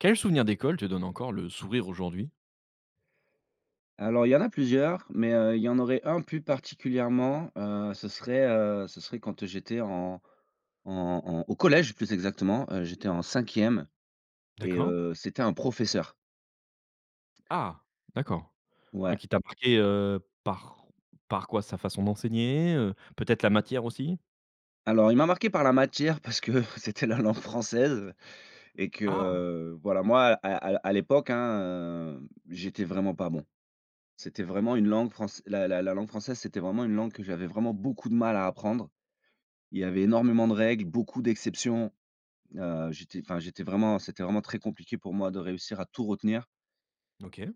Quel souvenir d'école te donne encore le sourire aujourd'hui? Alors il y en a plusieurs, mais, il y en aurait un plus particulièrement, ce serait quand j'étais en au collège plus exactement, j'étais en cinquième et D'accord. C'était un professeur. Ah! D'accord. Ouais, Ouais. qui t'a marqué, par par quoi? Sa façon d'enseigner, peut-être la matière aussi? Alors il m'a marqué par la matière parce que c'était la langue française et que, Ah! Voilà moi à l'époque, hein, j'étais vraiment pas bon. C'était vraiment une langue française. La langue française, c'était vraiment une langue que j'avais vraiment beaucoup de mal à apprendre. Il y avait énormément de règles, beaucoup d'exceptions. J'étais enfin, j'étais vraiment c'était vraiment très compliqué pour moi de réussir à tout retenir OK.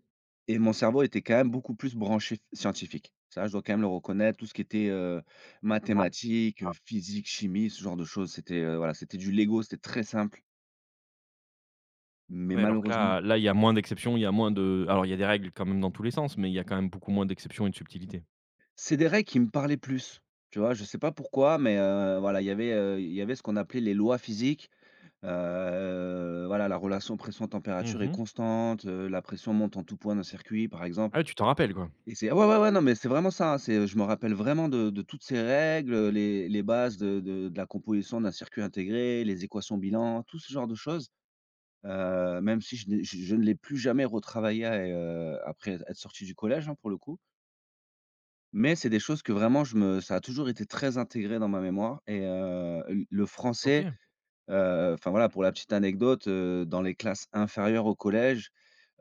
et mon cerveau était quand même beaucoup plus branché scientifique. Ça, je dois quand même le reconnaître, tout ce qui était, Ouais. mathématiques, physique, chimie, ce genre de choses, c'était, voilà, c'était du Lego, c'était très simple, mais Ouais, alors que malheureusement là, il y a moins d'exceptions, il y a moins de alors il y a des règles quand même dans tous les sens, mais il y a quand même beaucoup moins d'exceptions et de subtilités. c'est des règles qui me parlaient plus, tu vois? Je sais pas pourquoi, mais voilà, il y avait ce qu'on appelait les lois physiques, voilà, la relation pression-température est Mmh. constante, la pression monte en tout point d'un circuit, par exemple. Ah ouais, tu t'en rappelles, quoi? Et c'est ouais, ouais, ouais, non, mais c'est vraiment ça, hein, c'est je me rappelle vraiment de toutes ces règles, les bases de la composition d'un circuit intégré, les équations bilan, tout ce genre de choses. Même si je n'ai je ne l'ai plus jamais retravaillé à après être sorti du collège, hein, pour le coup. Mais c'est des choses que vraiment je me ça a toujours été très intégré dans ma mémoire et l le français, OK. Enfin voilà, pour la petite anecdote, dans les classes inférieures au collège,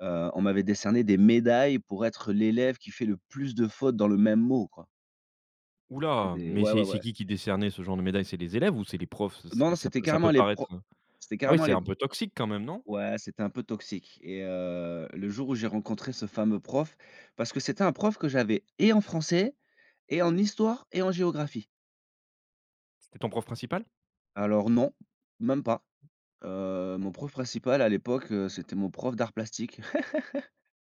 on m'avait décerné des médailles pour être l'élève qui fait le plus de fautes dans le même mot, quoi. Ouh C'est là! des Mais ouais, ouais, c'est ouais. Qui décernait ce genre de médaille? C'est les élèves ou c'est les profs? Parce Non, non, ça c'était peut ça carrément peut les paraître, pro c'était ah oui, carrément c'est les un peu toxique quand même, non? ouais, c'était un peu toxique et le jour où j'ai rencontré ce fameux prof parce que c'était un prof que j'avais et en français et en histoire et en géographie. C'était ton prof principal? Alors non, même pas. Mon prof principal à l'époque, c'était mon prof d'art plastique.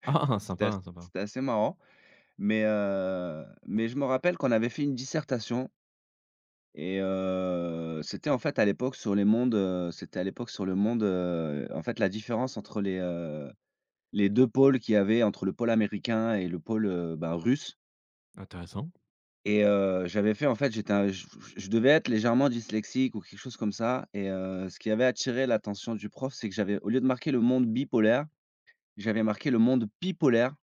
Ah! C'était ass Sympa, sympa. c'était assez marrant, mais je me rappelle qu'on avait fait une dissertation et c'était en fait à l'époque sur les mondes, c'était à l'époque sur le monde, en fait la différence entre les, les 2 pôles qu'il y avait entre le pôle américain et le pôle, ben, russe Intéressant. et j'avais fait en fait, j'étais un je devais être légèrement dyslexique ou quelque chose comme ça et ce qui avait attiré l'attention du prof, c'est que j'avais au lieu de marquer le monde bipolaire, j'avais marqué le monde bipolaire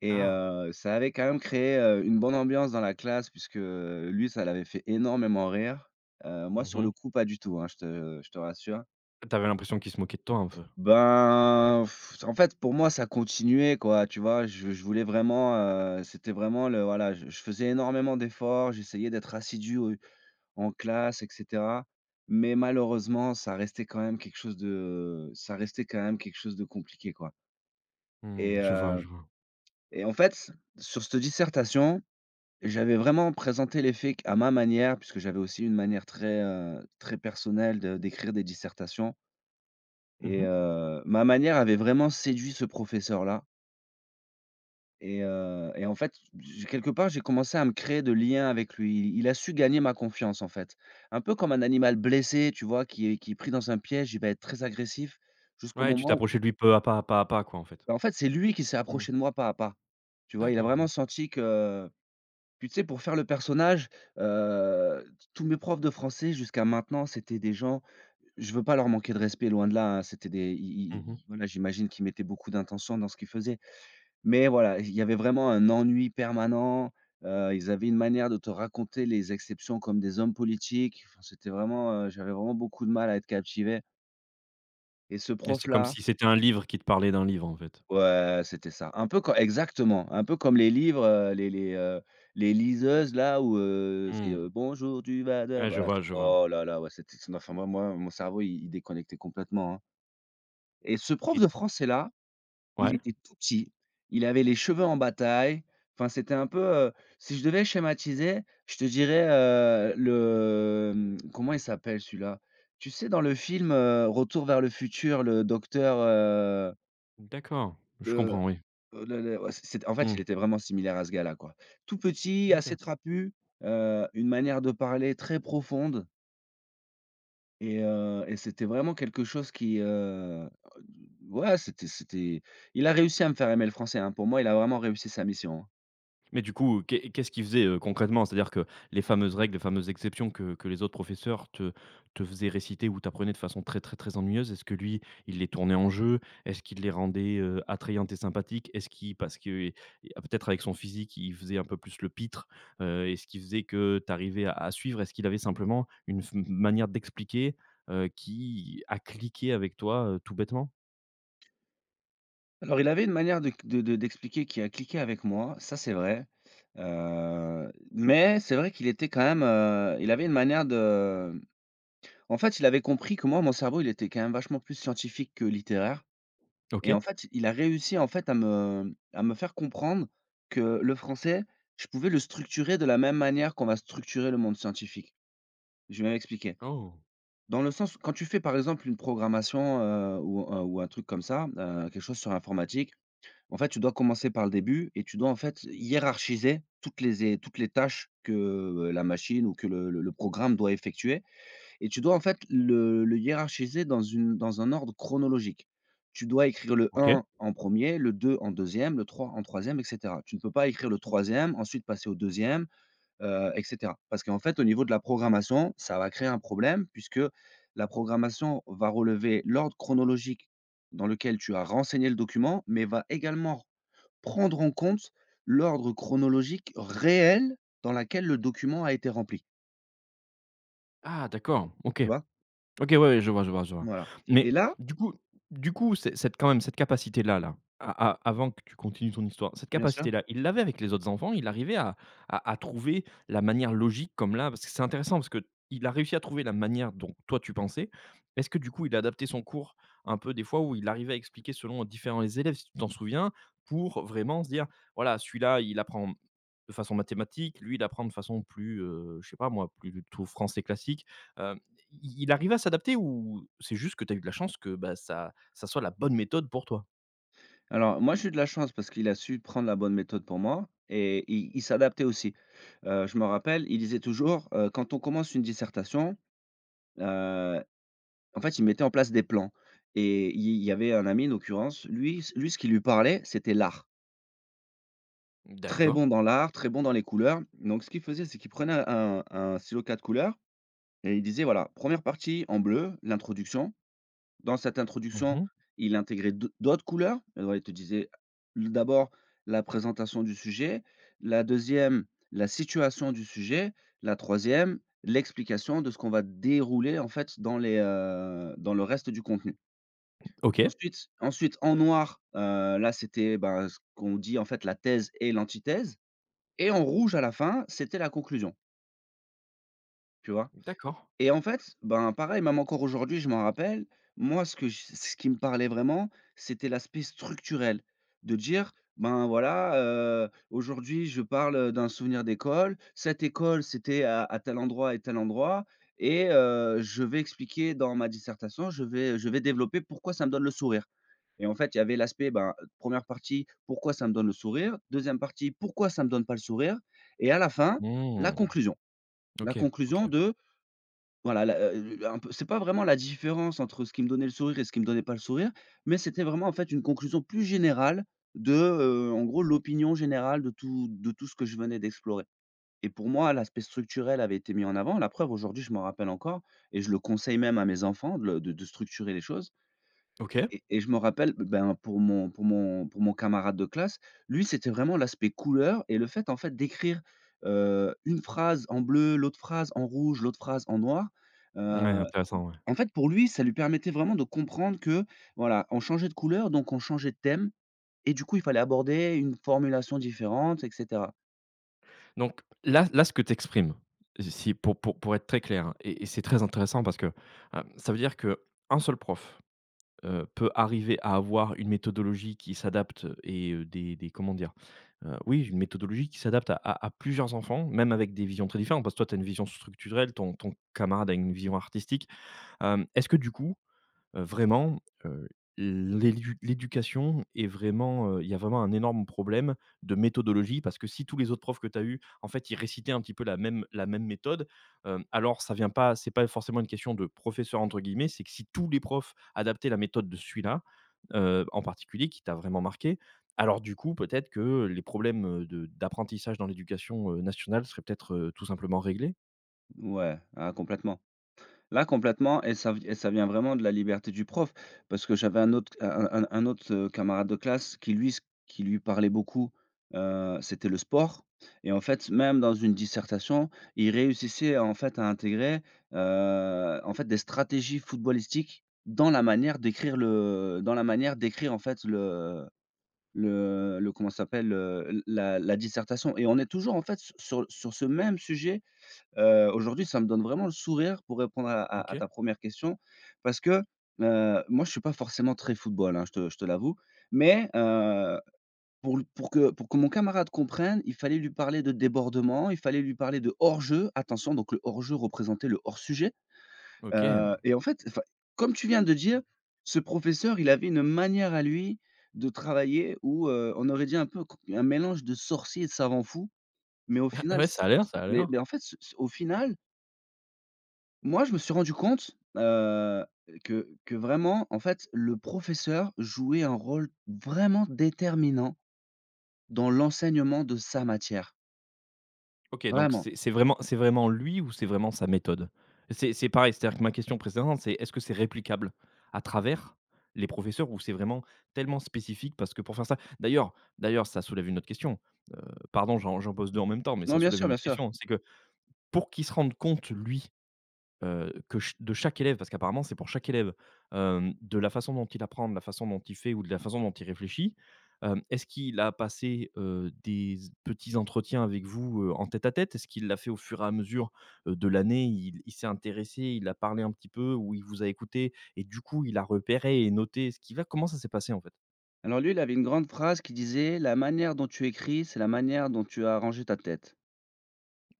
et Ah! Ça avait quand même créé, une bonne ambiance dans la classe puisque, lui, ça l'avait fait énormément rire. Moi, Mmh sur le mh. coup, pas du tout, hein, je te rassure. Tu avais l'impression qu'il se moquait de toi un peu? Ben, pff, en fait, pour moi, ça continuait, quoi, tu vois? Je voulais vraiment, c'était vraiment le voilà, je faisais énormément d'efforts, j'essayais d'être assidu au en classe et cetera. Mais malheureusement, ça restait quand même quelque chose de ça restait quand même quelque chose de compliqué, quoi. Et Mmh, je vois, je heu vois. et en fait, sur cette dissertation, j'avais vraiment présenté les faits à ma manière, puisque j'avais aussi une manière très, très personnelle de d'écrire des dissertations Mmh et mh. Ma manière avait vraiment séduit ce professeur-là. Et en fait, j'ai quelque part, j'ai commencé à me créer de liens avec lui. Il a su gagner ma confiance, en fait. Un peu comme un animal blessé, tu vois, qui est pris dans un piège, il va être très agressif jusqu'au Ouais, tu moment où t'approchais de lui peu à pas, à pas à pas, quoi, en fait. bah, en fait, c'est lui qui s'est Mmh. approché de moi pas à pas. Tu vois? Il a D'accord. vraiment senti que puis tu sais, pour faire le personnage, heu, tous mes profs de français jusqu'à maintenant, c'était des gens je veux pas leur manquer de respect, loin de là, hein. C'était des i Mmh mh. i voilà, j'imagine qu'ils mettaient beaucoup d'intention dans ce qu'ils faisaient. Mais voilà, il y avait vraiment un ennui permanent, ils avaient une manière de te raconter les exceptions comme des hommes politiques, enfin, c'était vraiment, j'avais vraiment beaucoup de mal à être captivé et ce Et c'est comme prof-là si c'était un livre qui te parlait d'un livre, en fait? ouais, c'était ça. Un peu co exactement, un peu comme les livres, les liseuses là où, c'est, Mmh. «Bonjour, tu vas de» Ouais, voilà, c'est je vois oh là là, ouais, c'était enfin moi mon cerveau, il déconnectait complètement, hein et ce prof et de français-là. ouais? Il était tout petit, il avait les cheveux en bataille, enfin c'était un peu, si je devais schématiser, je te dirais, le, comment il s'appelle celui-là? Tu sais dans le film, Retour vers le futur, le docteur, D'accord, je le comprends, oui. le ouais, c c'est en fait, il Mmh. était vraiment similaire à ce gars-là, quoi. Tout petit, OK. assez trapu, une manière de parler très profonde. Et c'était vraiment quelque chose qui, ouais, c'était c'était il a réussi à me faire aimer le français, hein. Pour moi, il a vraiment réussi sa mission, hein. Mais du coup, qu'est-ce qu'ils faisaient, concrètement? C'est-à-dire que les fameuses règles, les fameuses exceptions que les autres professeurs te faisaient réciter ou t'apprenaient de façon très, très, très ennuyeuse, est-ce que lui, il les tournait en jeu? Est-ce qu'il les rendait, attrayantes et sympathiques? Est-ce qu'il parce que, et ah, peut-être avec son physique, il faisait un peu plus le pitre, et ce qu'il faisait que t'arrivais à suivre? Est-ce qu'il avait simplement une f manière d'expliquer, qui a cliqué avec toi, tout bêtement? Alors, il avait une manière de d'expliquer qui a cliqué avec moi, ça, c'est vrai, mais c'est vrai qu'il était quand même, il avait une manière de en fait, il avait compris que moi, mon cerveau, il était quand même vachement plus scientifique que littéraire. Et OK. en fait, il a réussi, en fait, à me faire comprendre que le français, je pouvais le structurer de la même manière qu'on va structurer le monde scientifique. Je vais m'expliquer. Oh, Dans le sens, quand tu fais, par exemple, une programmation, ou un truc comme ça, quelque chose sur informatique, en fait, tu dois commencer par le début et tu dois, en fait, hiérarchiser toutes les é toutes les tâches que, la machine ou que le programme doit effectuer et tu dois en fait le hiérarchiser dans une dans un ordre chronologique. Tu dois écrire le OK. 1 en premier, le 2 en deuxième, le 3 en troisième, e et cetera. Tu ne peux pas écrire le troisième, ensuite passer au deuxième, e et cetera. Parce qu'en fait, au niveau de la programmation, ça va créer un problème puisque la programmation va relever l'ordre chronologique dans lequel tu as renseigné le document, mais va également prendre en compte l'ordre chronologique réel dans lequel le document a été rempli, Ah d'accord, OK. tu vois? OK, ouais, ouais, je vois, je vois, je vois. Voilà et Mais là du coup, c'est cette quand même cette capacité-là, là, a a avant que tu continues ton histoire, cette bien sûr. capacité-là, il l'avait avec les autres enfants? Il arrivait à à trouver la manière logique comme là? Parce que c'est intéressant parce que il a réussi à trouver la manière dont toi tu pensais. Est-ce que du coup, il a adapté son cours un peu des fois où il arrivait à expliquer selon différents élèves, si tu t'en souviens, pour vraiment se dire: «Voilà, celui-là, il apprend de façon mathématique, lui, il apprend de façon plus, je sais pas moi, plus plutôt français classique», euh, il arrivait à s'adapter ou c'est juste que tu as eu de la chance que, bah, ça soit la bonne méthode pour toi? Alors, moi, j'ai eu de la chance parce qu'il a su prendre la bonne méthode pour moi et il s'adaptait aussi. Je me rappelle, il disait toujours, quand on commence une dissertation, heu, en fait, il mettait en place des plans et il y avait un ami, en l'occurrence, lui c lui, ce qui lui parlait, c'était l'art. Très D'accord. bon dans l'art, très bon dans les couleurs. Donc ce qu'il faisait, c'est qu'il prenait un stylo 4 couleurs et il disait: voilà première partie en bleu, l'introduction». Dans cette introduction, Mmh. il intégrait d'au d'autres couleurs. Alors, il te disait d'abord la présentation du sujet, la deuxième la situation du sujet, la troisième l'explication de ce qu'on va dérouler, en fait, dans les, dans le reste du contenu. OK. Ensuite en noir, là, c'était, ben, ce qu'on dit, en fait, la thèse et l'antithèse et en rouge à la fin, c'était la conclusion, tu vois? D'accord. Et en fait, ben, pareil, même encore aujourd'hui, je m'en rappelle, moi, ce que je ce qui me parlait vraiment, c'était l'aspect structurel. De dire: «Ben, voilà, aujourd'hui, je parle, d'un souvenir d'école. Cette école, c'était à tel endroit et je vais expliquer dans ma dissertation, je vais développer pourquoi ça me donne le sourire» et en fait, il y avait l'aspect, ben, première partie: «Pourquoi ça me donne le sourire deuxième partie: «Pourquoi ça me donne pas le sourire?» et à la fin, la Mmh. conclusion. La OK, conclusion OK. de voilà, la, un peu c'est pas vraiment la différence entre ce qui me donnait le sourire et ce qui me donnait pas le sourire, mais c'était vraiment, en fait, une conclusion plus générale de, en gros, l'opinion générale de tout ce que je venais d'explorer et pour moi, l'aspect structurel avait été mis en avant. La preuve, aujourd'hui, je m'en rappelle encore et je le conseille même à mes enfants de le de structurer les choses. OK. Et je me rappelle, ben, pour mon camarade de classe, lui, c'était vraiment l'aspect couleur et le fait, en fait, d'écrire, une phrase en bleu, l'autre phrase en rouge, l'autre phrase en noir. Ouais, heu intéressant, ouais. En fait, pour lui, ça lui permettait vraiment de comprendre que, voilà, on changeait de couleur, donc on changeait de thème et du coup, il fallait aborder une formulation différente, et cetera. Donc là, ce que tu exprimes, si pour pour être très clair hein, et c'est très intéressant parce que, ça veut dire que un seul prof. Peut arriver à avoir une méthodologie qui s'adapte et des comment dire? Oui, une méthodologie qui s'adapte à plusieurs enfants, même avec des visions très différentes, parce que toi, tu as une vision structurelle, ton camarade a une vision artistique. Hem, est-ce que du coup, vraiment, heu, l'éducation est vraiment, il y a vraiment un énorme problème de méthodologie parce que si tous les autres profs que tu as eus, en fait, ils récitaient un petit peu la même méthode, hem, alors ça vient pas c'est pas forcément une question de «professeur» entre guillemets, c'est que si tous les profs adaptaient la méthode de celui-là, en particulier qui t'a vraiment marqué, alors du coup, peut-être que les problèmes, de d'apprentissage dans l'éducation, nationale seraient peut-être, tout simplement réglés? Ouais, ah complètement. Là, complètement, et ça vient vraiment de la liberté du prof parce que j'avais un autre, camarade de classe qui lui, ce qui lui parlait beaucoup, c'était le sport. Et en fait, même dans une dissertation, il réussissait, en fait, à intégrer, en fait, des stratégies footballistiques dans la manière d'écrire en fait, le comment ça s'appelle? La la dissertation. Et on est toujours, en fait, sur ce même sujet. Aujourd'hui, ça me donne vraiment le sourire pour répondre à OK. ta première question parce que, moi, je suis pas forcément très football, hein, je te l'avoue, mais, pour que mon camarade comprenne, il fallait lui parler de débordement, il fallait lui parler de hors-jeu. Attention, donc le hors-jeu représentait le hors-sujet. OK. Et en fait, enfin, comme tu viens de dire, ce professeur, il avait une manière à lui de travailler où, on aurait dit un peu co un mélange de sorcier et de savant fou, mais au final, Ouais, c ça a l'air, ça a mais l'air. mais en fait, ce au final, moi, je me suis rendu compte, heu, que vraiment, en fait, le professeur jouait un rôle vraiment déterminant dans l'enseignement de sa matière, OK, donc vraiment. c'est vraiment c'est vraiment lui ou c'est vraiment sa méthode? C'est pareil, c'est-à-dire que ma question précédente, c'est est-ce que c'est réplicable à travers les professeurs ou c'est vraiment tellement spécifique? Parce que pour faire ça d'ailleurs ça soulève une autre question, heu, pardon j'en pose 2 en même temps, mais Non, ça bien soulève sûr, une bien autre sûr. question, c'est que pour qu'il se rende compte lui. Que ch de chaque élève, parce qu'apparemment c'est pour chaque élève, hem, de la façon dont il apprend, de la façon dont il fait ou de la façon dont il réfléchit. Hem, est-ce qu'il a passé, des petits entretiens avec vous, en tête à tête? Est-ce qu'il l'a fait au fur et à mesure, de l'année? Il s'est intéressé, il a parlé un petit peu ou il vous a écouté et du coup il a repéré et noté ce qui va? Comment ça s'est passé, en fait? Alors lui, il avait une grande phrase qui disait: «La manière dont tu écris, c'est la manière dont tu as arrangé ta tête»,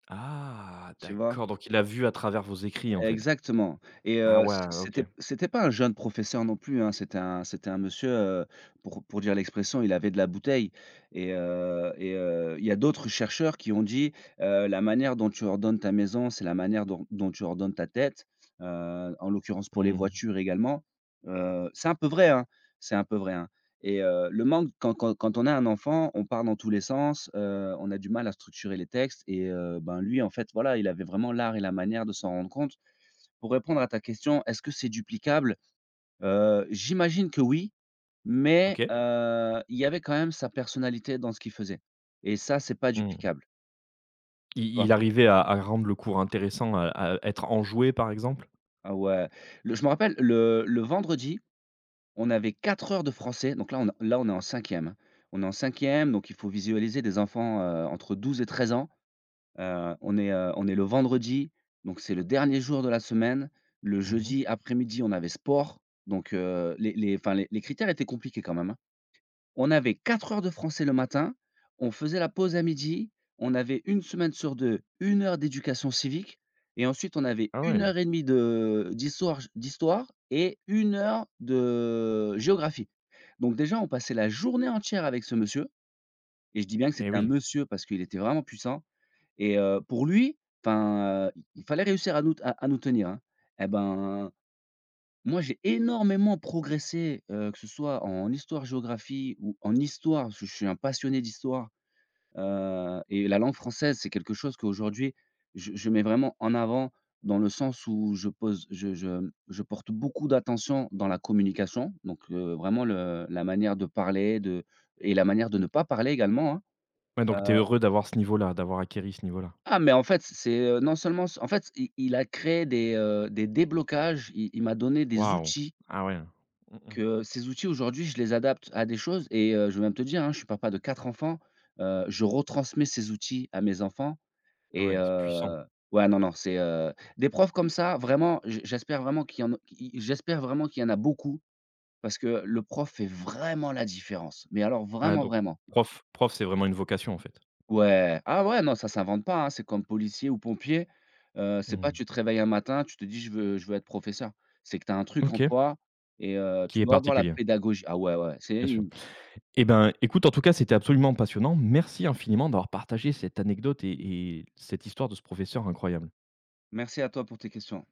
Ah tu vois? d'accord, donc il a vu à travers vos écrits, en fait? Exactement. Et Ah heu, c ouais, OK. c'était c'était pas un jeune professeur non plus, hein. C'était un monsieur, pour dire l'expression, il avait de la bouteille. Et il y a d'autres chercheurs qui ont dit, «La manière dont tu ordonnes ta maison, c'est la manière dont tu ordonnes ta tête», en l'occurrence pour les Mmh. voitures également. C'est un peu vrai, hein, c'est un peu vrai, hein. Et le manque, quand on a un enfant, on part dans tous les sens, on a du mal à structurer les textes. Et ben, lui, en fait, voilà, il avait vraiment l'art et la manière de s'en rendre compte. Pour répondre à ta question, est-ce que c'est duplicable? J'imagine que oui, mais OK. Il y avait quand même sa personnalité dans ce qu'il faisait, et ça, c'est pas Mmh. duplicable, tu Il vois? il arrivait à rendre le cours intéressant, à être enjoué, par exemple? Ah ouais, le je me rappelle le vendredi, on avait 4 heures de français, donc là, on est en cinquième, hein. On est en cinquième, donc il faut visualiser des enfants, entre 12 et 13 ans. On est le vendredi, donc c'est le dernier jour de la semaine. Le Mmh. jeudi après-midi, on avait sport, donc les enfin, les critères étaient compliqués quand même, hein. On avait 4 heures de français le matin, on faisait la pause à midi, on avait une semaine sur deux une heure d'éducation civique et ensuite on avait Ah une ouais. heure et demie de d'histoire d'histoire et une heure de géographie. Donc déjà, on passait la journée entière avec ce monsieur et je dis bien que Et c'était un oui. monsieur parce qu'il était vraiment puissant. Et pour lui, enfin, il fallait réussir à nous tenir, hein. Et ben moi, j'ai énormément progressé, que ce soit en histoire-géographie ou en histoire, parce que je suis un passionné d'histoire. Et la langue française, c'est quelque chose qu'aujourd'hui je mets vraiment en avant, dans le sens où je pose je porte beaucoup d'attention dans la communication, donc vraiment le la manière de parler, de et la manière de ne pas parler également, hein. Ouais, donc tu es Heu, heureux d'avoir ce niveau-là, d'avoir acquéri ce niveau-là? ah mais en fait, c'est, non seulement en fait, i il a créé des déblocages, il m'a donné des Waouh! outils. Ah ouais. Mmh mh. Que ces outils aujourd'hui, je les adapte à des choses. Et je vais même te dire, hein, je suis papa de 4 enfants, je retransmets ces outils à mes enfants. Ah Et ouais, c'est puissant. Ouais, non, non, c'est, des profs comme ça, vraiment, j'espère vraiment qu'il y en a qui j'espère vraiment qu'il y en a beaucoup parce que le prof fait vraiment la différence, mais alors Ouais, vraiment, donc vraiment. prof, c'est vraiment une vocation, en fait? Ouais, ah ouais, non, ça s'invente pas, hein, c'est comme policier ou pompier. C'est pas Mmh. tu te réveilles un matin, tu te dis: «Je veux être professeur». C'est que tu as un truc en OK, toi, et qui tu est dois avoir la particulier, pédagogie. Ah ouais, ouais, bien c'est... sûr. Eh ben, écoute, en tout cas, c'était absolument passionnant. Merci infiniment d'avoir partagé cette anecdote et cette histoire de ce professeur incroyable. Merci à toi pour tes questions.